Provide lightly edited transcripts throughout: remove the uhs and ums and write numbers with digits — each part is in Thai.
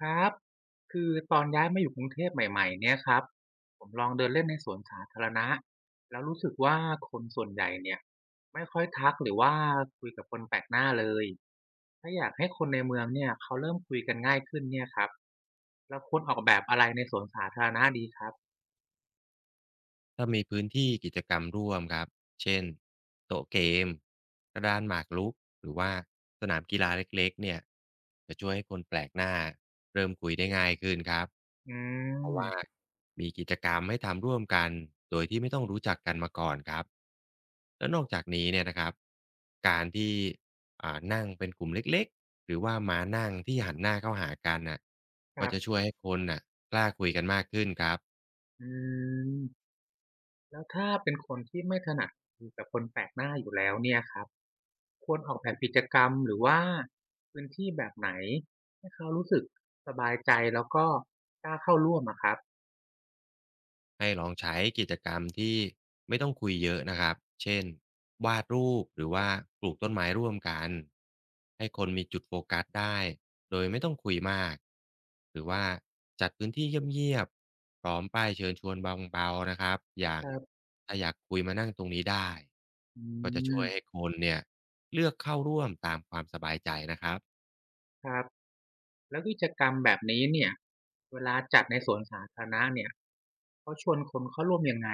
ครับคือตอนย้ายมาอยู่กรุงเทพใหม่ๆเนี่ยครับผมลองเดินเล่นในสวนสาธารณะแล้วรู้สึกว่าคนส่วนใหญ่เนี่ยไม่ค่อยทักหรือว่าคุยกับคนแปลกหน้าเลยถ้าอยากให้คนในเมืองเนี่ยเขาเริ่มคุยกันง่ายขึ้นเนี่ยครับเราควรออกแบบอะไรในสวนสาธารณะดีครับถ้ามีพื้นที่กิจกรรมร่วมครับเช่นโต๊ะเกมกระดานหมากรุกหรือว่าสนามกีฬาเล็กๆเนี่ยจะช่วยให้คนแปลกหน้าเริ่มคุยได้ง่ายขึ้นครับอืเพราะว่ามมีกิจกรรมให้ทำร่วมกันโดยที่ไม่ต้องรู้จักกันมาก่อนครับแล้วนอกจากนี้เนี่ยนะครับการที่นั่งเป็นกลุ่มเล็กๆหรือว่ามานั่งที่หันหน้าเข้าหากันน่ะคก็รัจะช่บวยให้คนน่ะกล้าคุยกันมากขึ้นครับ อืมแล้วถ้าเป็นคนที่ไม่ถนัดคุยกับคนแปลกหน้าอยู่แล้วเนี่ยครับ ควรออกแบบกิจกรรมหรือว่าพื้นที่แบบไหนให้เขารู้สึกสบายใจแล้วก็กล้าเข้าร่วมอะครับให้ลองใช้กิจกรรมที่ไม่ต้องคุยเยอะนะครับ เช่นวาดรูปหรือว่าปลูกต้นไม้ร่วมกันให้คนมีจุดโฟกัสได้โดยไม่ต้องคุยมากหรือว่าจัดพื้นที่เงียบๆพร้อมป้ายเชิญชวนเบาๆนะครับอย่างครับถ้าอยากคุยมานั่งตรงนี้ได้อืก็จะช่วยให้มคนเนี่ยเลือกเข้าร่วมตามความสบายใจนะครับ ครับแล้วกิจกรรมแบบนี้เนี่ยเวลาจัดในสวนสาธารณะเนี่ยเขาชวนคนเข้าร่วมยังไง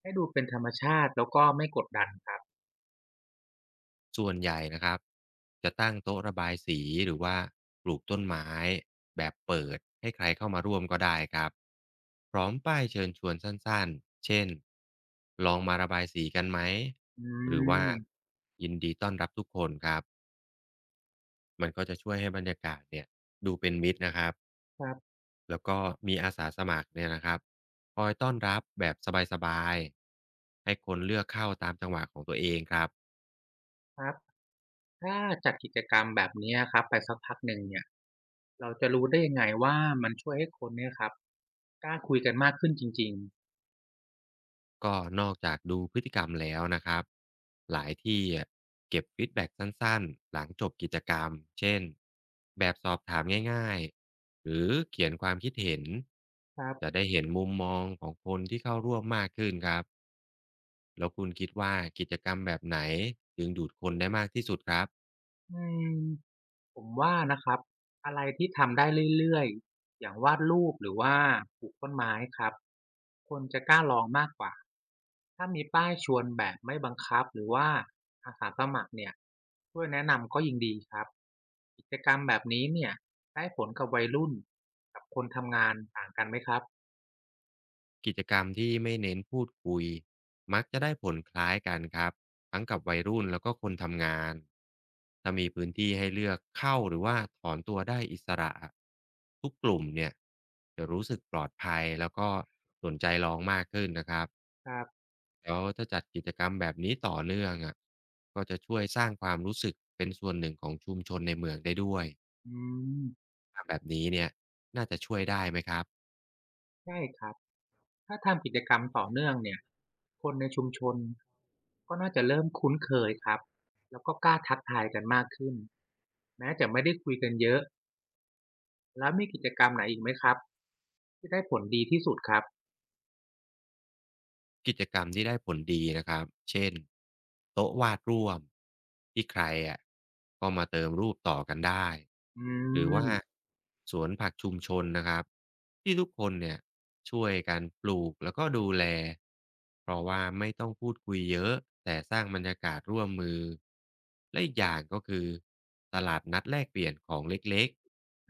ให้ดูเป็นธรรมชาติแล้วก็ไม่กดดันครับส่วนใหญ่นะครับจะตั้งโต๊ะระบายสีหรือว่าปลูกต้นไม้แบบเปิดให้ใครเข้ามาร่วมก็ได้ครับพร้อมป้ายเชิญชวนสั้นๆเช่นลองมาระบายสีกันไหมอืหรือว่ามยินดีต้อนรับทุกคนครับมันก็จะช่วยให้บรรยากาศเนี่ยดูเป็นมิตรนะครับครแล้วก็มีอาสาสมัครเนี่ยนะครับคอยต้อนรับแบบสบายๆให้คนเลือกเข้าตามจังหวะของตัวเองครับ ับๆถ้าจัดกิจกรรมแบบเนี้ยครับไปสักพักหนึ่งเนี่ยเราจะรู้ได้ยังไงว่ามันช่วยให้คนเนี่ยครับกล้าคุยกันมากขึ้นจริงก็นอกจากดูพฤติกรรมแล้วนะครับหลายที่อะเก็บฟีดแบ็กสั้นๆหลังจบกิจกรรมเช่นแบบสอบถามง่ายๆหรือเขียนความคิดเห็นๆครับจะได้เห็นมุมมองของคนที่เข้าร่วมมากขึ้นครับแล้วคุณคิดว่ากิจกรรมแบบไหนจึงดูดคนได้มากที่สุดครับ อืม ผมว่านะครับอะไรที่ทำได้เรื่อยๆอย่างวาดรูปหรือว่าปลูกต้นไม้ครับคนจะกล้าลองมากกว่าถ้ามีป้ายชวนแบบไม่บังคับหรือว่าอาสาสมัครเนี่ยช่วยแนะนำก็ยิ่งดีครับกิจกรรมแบบนี้เนี่ยได้ผลกับวัยรุ่นกับคนทำงานต่างกันไหมครับกิจกรรมที่ไม่เน้นพูดคุยมักจะได้ผลคล้ายกันครับทั้งกับวัยรุ่นแล้วก็คนทำงานถ้ามีพื้นที่ให้เลือกเข้าหรือว่าถอนตัวได้อิสระทุกกลุ่มเนี่ยจะรู้สึกปลอดภัยแล้วก็สนใจลองมากขึ้นนะครับครับแล้วถ้าจัดกิจกรรมแบบนี้ต่อเนื่องอ่ะก็จะช่วยสร้างความรู้สึกเป็นส่วนหนึ่งของชุมชนในเมืองได้ด้วยอืมแบบนี้เนี่ยน่าจะช่วยได้ไหมครับ ใช่ครับ ถ้าทำกิจกรรมต่อเนื่องเนี่ยคนในชุมชนก็น่าจะเริ่มคุ้นเคยครับแล้วก็กล้าทักทายกันมากขึ้นแม้จะไม่ได้คุยกันเยอะแล้วมีกิจกรรมไหนอีกไหมครับที่ได้ผลดีที่สุดครับกิจกรรมที่ได้ผลดีนะครับเช่นโต๊ะวาดร่วมที่ใครอะก็มาเติมรูปต่อกันได้ อืหรือว่ามสวนผักชุมชนนะครับที่ทุกคนเนี่ยช่วยกันปลูกแล้วก็ดูแล เพราะว่าไม่ต้องพูดคุยเยอะแต่สร้างบรรยากาศร่วมมือ และอีกอย่างก็คือตลาดนัดแลกเปลี่ยนของเล็ก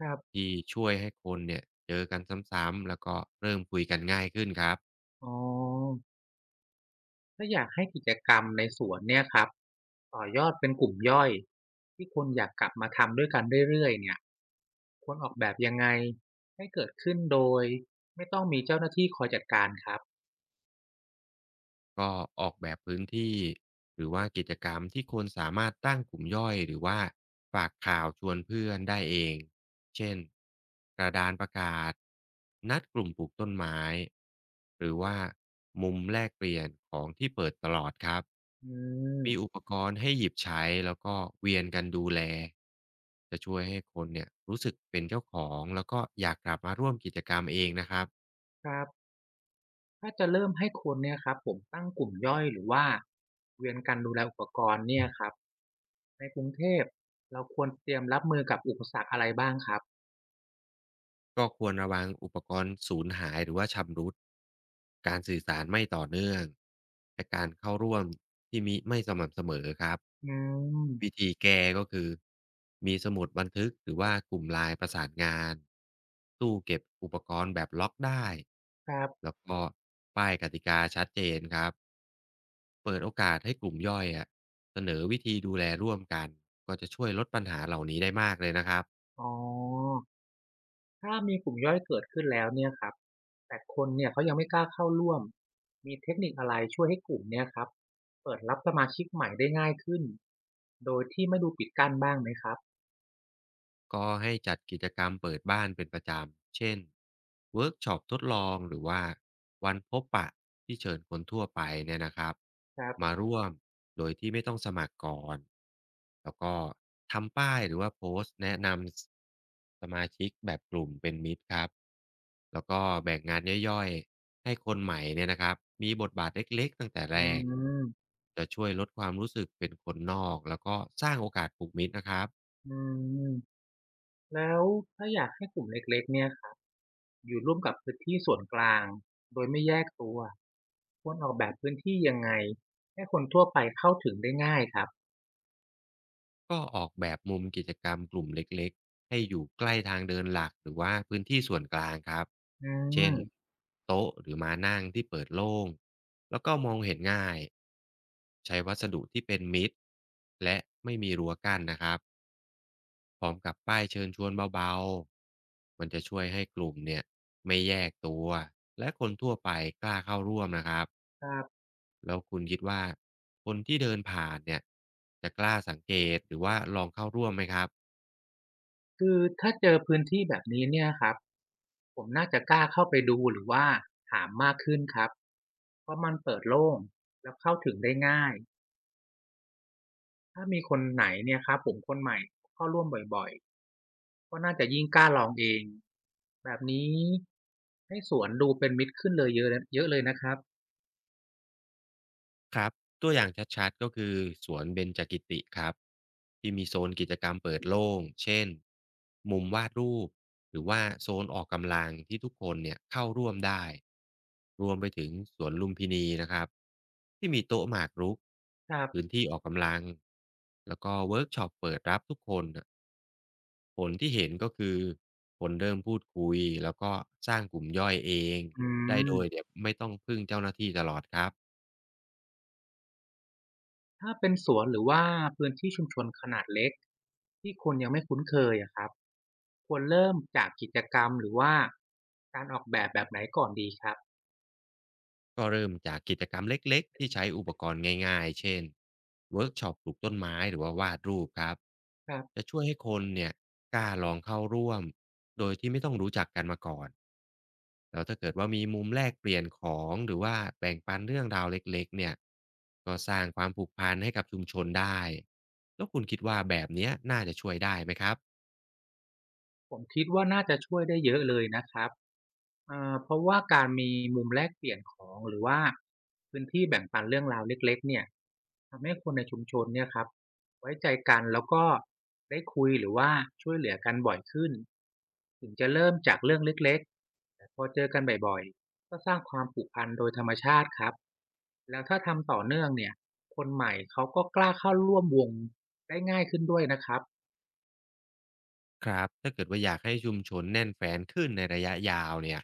ครับที่ช่วยให้คนเนี่ยเจอกันซ้ำๆแล้วก็เริ่มคุยกันง่ายขึ้นครับ อ๋อถ้าอยากให้กิจกรรมในสวนเนี่ยครับต่อยอดเป็นกลุ่มย่อยที่คนอยากกลับมาทำด้วยกันเรื่อยๆเนี่ยควรออกแบบยังไงให้เกิดขึ้นโดยไม่ต้องมีเจ้าหน้าที่คอยจัดการครับก็ออกแบบพื้นที่หรือว่ากิจกรรมที่คนสามารถตั้งกลุ่มย่อยหรือว่าฝากข่าวชวนเพื่อนได้เองเช่นกระดานประกาศนัดกลุ่มปลูกต้นไม้หรือว่ามุมแลกเปลี่ยนของที่เปิดตลอดครับอืมีอุมปกรณ์ให้หยิบใช้แล้วก็เวียนกันดูแลจะช่วยให้คนเนี่ยรู้สึกเป็นเจ้าของแล้วก็อยากกลับมาร่วมกิจกรรมเองนะครับ ครับ ถ้าจะเริ่มให้คนเนี่ยครับผมตั้งกลุ่มย่อยหรือว่าเวียนกันดูแลอุปกรณ์เนี่ยครับในกรุงเทพเราควรเตรียมรับมือกับอุปสรรคอะไรบ้างครับก็ควรระวังอุปกรณ์สูญหายหรือว่าชำรุดการสื่อสารไม่ต่อเนื่องและการเข้าร่วมที่ไม่สม่ำเสมอครับอืมวิธีแก้ก็คือมีสมุดบันทึกหรือว่ากลุ่มไลน์ประสานงานตู้เก็บอุปกรณ์แบบล็อกได้ครับแล้วก็ป้ายกติกาชัดเจนครับเปิดโอกาสให้กลุ่มย่อยอะเสนอวิธีดูแลร่วมกันก็จะช่วยลดปัญหาเหล่านี้ได้มากเลยนะครับ อ๋อถ้ามีกลุ่มย่อยเกิดขึ้นแล้วเนี่ยครับแต่คนเนี่ยเขายังไม่กล้าเข้าร่วมมีเทคนิคอะไรช่วยให้กลุ่มเนี่ยครับเปิดรับสมาชิกใหม่ได้ง่ายขึ้นโดยที่ไม่ดูปิดกั้นบ้างไหมครับก็ให้จัดกิจกรรมเปิดบ้านเป็นประจำ เช่นเวิร์กช็อปทดลองหรือว่าวันพบปะที่เชิญคนทั่วไปเนี่ยนะครับครับมาร่วมโดยที่ไม่ต้องสมัครก่อนแล้วก็ทำป้ายหรือว่าโพสต์แนะนำสมาชิกแบบกลุ่มเป็นมิตรครับแล้วก็แบ่งงานย่อยๆให้คนใหม่เนี่ยนะครับมีบทบาทเล็กๆตั้งแต่อืแรกมจะช่วยลดความรู้สึกเป็นคนนอกแล้วก็สร้างโอกาสผูกมิตรนะครับ อืมแล้วถ้าอยากให้กลุ่มเล็กๆเนี่ย อยู่ร่วมกับพื้นที่ส่วนกลางโดยไม่แยกตัวควรออกแบบพื้นที่ยังไงให้คนทั่วไปเข้าถึงได้ง่ายครับก็ออกแบบมุมกิจกรรมกลุ่มเล็กๆให้อยู่ใกล้ทางเดินหลักหรือว่าพื้นที่ส่วนกลางครับ อืเช่นมโต๊ะหรือม้านั่งที่เปิดโล่งแล้วก็มองเห็นง่ายใช้วัสดุที่เป็นมิตรและไม่มีรั้วกั้นนะครับพร้อมกับป้ายเชิญชวนเบาๆมันจะช่วยให้กลุ่มเนี่ยไม่แยกตัวและคนทั่วไปกล้าเข้าร่วมนะครับครับแล้วคุณคิดว่าคนที่เดินผ่านเนี่ยจะกล้าสังเกตหรือว่าลองเข้าร่วมไหมครับ คือถ้าเจอพื้นที่แบบนี้เนี่ยครับผมน่าจะกล้าเข้าไปดูหรือว่าถามมากขึ้นครับเพราะมันเปิดโล่งแล้วเข้าถึงได้ง่ายถ้ามีคนไหนเนี่ยครับผมคนใหม่เข้าร่วมบ่อยๆก็น่าจะยิ่งกล้าลองเองแบบนี้ให้สวนดูเป็นมิตรขึ้นเลยเยอะเยอะเลยนะครับครับตัวอย่างชัดๆก็คือสวนเบญจกิติครับที่มีโซนกิจกรรมเปิดโล่งเช่นมุมวาดรูปหรือว่าโซนออกกำลังที่ทุกคนเนี่ยเข้าร่วมได้รวมไปถึงสวนลุมพินีนะครับที่มีโต๊ะหมากรุกครับพื้นที่ออกกำลังแล้วก็เวิร์กช็อปเปิดรับทุกคนน่ะผลที่เห็นก็คือคนเริ่มพูดคุยแล้วก็สร้างกลุ่มย่อยเองอืได้โดยม เดี๋ยวไม่ต้องพึ่งเจ้าหน้าที่ตลอดครับ ถ้าเป็นสวนหรือว่าพื้นที่ชุมชนขนาดเล็กที่คนยังไม่คุ้นเคยอะครับควรเริ่มจากกิจกรรมหรือว่าการออกแบบแบบไหนก่อนดีครับ ก็เริ่มจากกิจกรรมเล็กๆที่ใช้อุปกรณ์ง่ายๆเช่นเวิร์กช็อปปลูกต้นไม้หรือว่าวาดรูปครับจะช่วยให้คนเนี่ยกล้าลองเข้าร่วมโดยที่ไม่ต้องรู้จักกันมาก่อนแล้วถ้าเกิดว่ามีมุมแลกเปลี่ยนของหรือว่าแบ่งปันเรื่องราวเล็กๆเนี่ยก็สร้างความผูกพันให้กับชุมชนได้แล้วคุณคิดว่าแบบเนี้ยน่าจะช่วยได้ไหมครับ ผมคิดว่าน่าจะช่วยได้เยอะเลยนะครับเพราะว่าการมีมุมแลกเปลี่ยนของหรือว่าพื้นที่แบ่งปันเรื่องราวเล็กๆเนี่ยทำให้คนในชุมชนเนี่ยครับไว้ใจกันแล้วก็ได้คุยหรือว่าช่วยเหลือกันบ่อยขึ้นถึงจะเริ่มจากเรื่องเล็กๆแต่พอเจอกันบ่อยๆก็สร้างความผูกพันโดยธรรมชาติครับแล้วถ้าทำต่อเนื่องเนี่ยคนใหม่เขาก็กล้าเข้าร่วมวงได้ง่ายขึ้นด้วยนะครับครับถ้าเกิดว่าอยากให้ชุมชนแน่นแฟนขึ้นในระยะยาวเนี่ย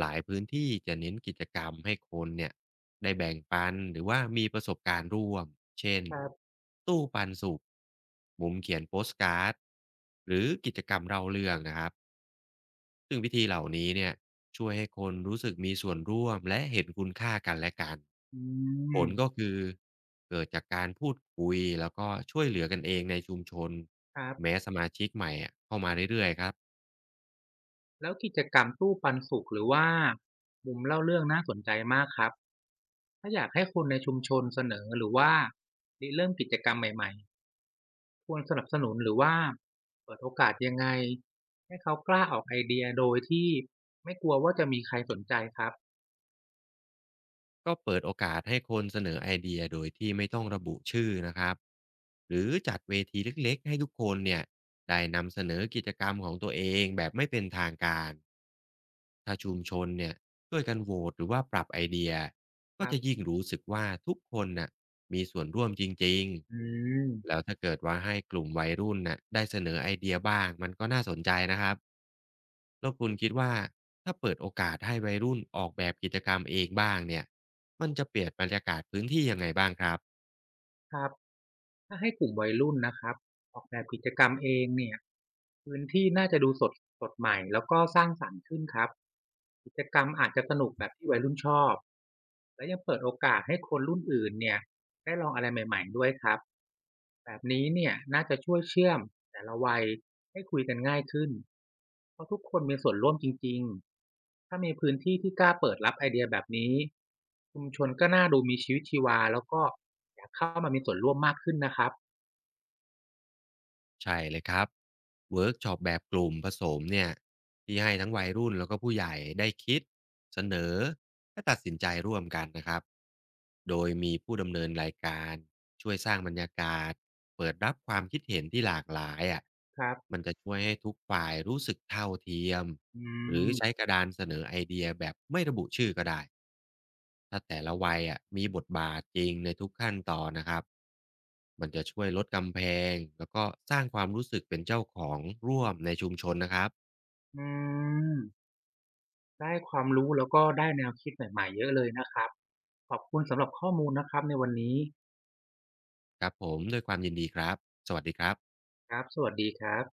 หลายพื้นที่จะเน้นกิจกรรมให้คนเนี่ยได้แบ่งปันหรือว่ามีประสบการณ์ร่วมเช่นครับตู้ปันสุขมุมเขียนโปสการ์ดหรือกิจกรรมเล่าเรื่องนะครับซึ่งวิธีเหล่านี้เนี่ยช่วยให้คนรู้สึกมีส่วนร่วมและเห็นคุณค่ากันและกันอืผลก็มคือเกิดจากการพูดคุยแล้วก็ช่วยเหลือกันเองในชุมชนครับ แม้สมาชิกใหม่อะเข้ามาเรื่อยๆครับ แล้วกิจกรรมตู้ปันสุกหรือว่ามุมเล่าเรื่องน่าสนใจมากครับถ้าอยากให้คนในชุมชนเสนอหรือว่าริเริ่มกิจกรรมใหม่ๆควรสนับสนุนหรือว่าเปิดโอกาสยังไงให้เขากล้าออกไอเดียโดยที่ไม่กลัวว่าจะมีใครสนใจครับก็เปิดโอกาสให้คนเสนอไอเดียโดยที่ไม่ต้องระบุชื่อนะครับหรือจัดเวทีเล็กๆให้ทุกคนเนี่ยได้นำเสนอกิจกรรมของตัวเองแบบไม่เป็นทางการถ้าชุมชนเนี่ยช่วยกันโหวตหรือว่าปรับไอเดียคก็รัจะบยิ่งรู้สึกว่าทุกคนน่ะมีส่วนร่วมจริงอืมๆแล้วถ้าเกิดว่าให้กลุ่มวัยรุ่นน่ะได้เสนอไอเดียบ้างมันก็น่าสนใจนะครับ แล้วคุณคิดว่าถ้าเปิดโอกาสให้วัยรุ่นออกแบบกิจกรรมเองบ้างเนี่ยมันจะเปลี่ยนบรรยากาศพื้นที่ยังไงบ้างครับครับ ถ้าให้กลุ่มวัยรุ่นนะครับออกแบบกิจกรรมเองเนี่ยพื้นที่น่าจะดูสดใหม่แล้วก็สร้างสรรค์ขึ้นครับกิจกรรมอาจจะสนุกแบบที่วัยรุ่นชอบและยังเปิดโอกาสให้คนรุ่นอื่นเนี่ยได้ลองอะไรใหม่ๆด้วยครับแบบนี้เนี่ยน่าจะช่วยเชื่อมแต่ละวัย ให้คุยกันง่ายขึ้น เพราะทุกคนมีส่วนร่วมจริงๆถ้ามีพื้นที่ที่กล้าเปิดรับไอเดียแบบนี้ชุมชนก็น่าดูมีชีวิตชีวาแล้วก็อยากเข้ามามีส่วนร่วมมากขึ้นนะครับใช่เลยครับเวิร์กช็อปแบบกลุ่มผสมเนี่ยที่ให้ทั้งวัยรุ่นแล้วก็ผู้ใหญ่ได้คิดเสนอและตัดสินใจร่วมกันนะครับโดยมีผู้ดำเนินรายการช่วยสร้างบรรยากาศเปิดรับความคิดเห็นที่หลากหลายอะครับมันจะช่วยให้ทุกฝ่ายรู้สึกเท่าเทียม อืหรือใช้มกระดานเสนอไอเดียแบบไม่ระบุชื่อก็ได้ถ้าแต่ละวัยอะมีบทบาทจริงในทุกขั้นตอนนะครับมันจะช่วยลดกำแพงแล้วก็สร้างความรู้สึกเป็นเจ้าของร่วมในชุมชนนะครับอืม ได้ความรู้แล้วก็ได้แนวคิดใหม่ๆเยอะเลยนะครับ ขอบคุณสำหรับข้อมูลนะครับในวันนี้ครับผมด้วยความยินดีครับสวัสดีครับครับสวัสดีครับ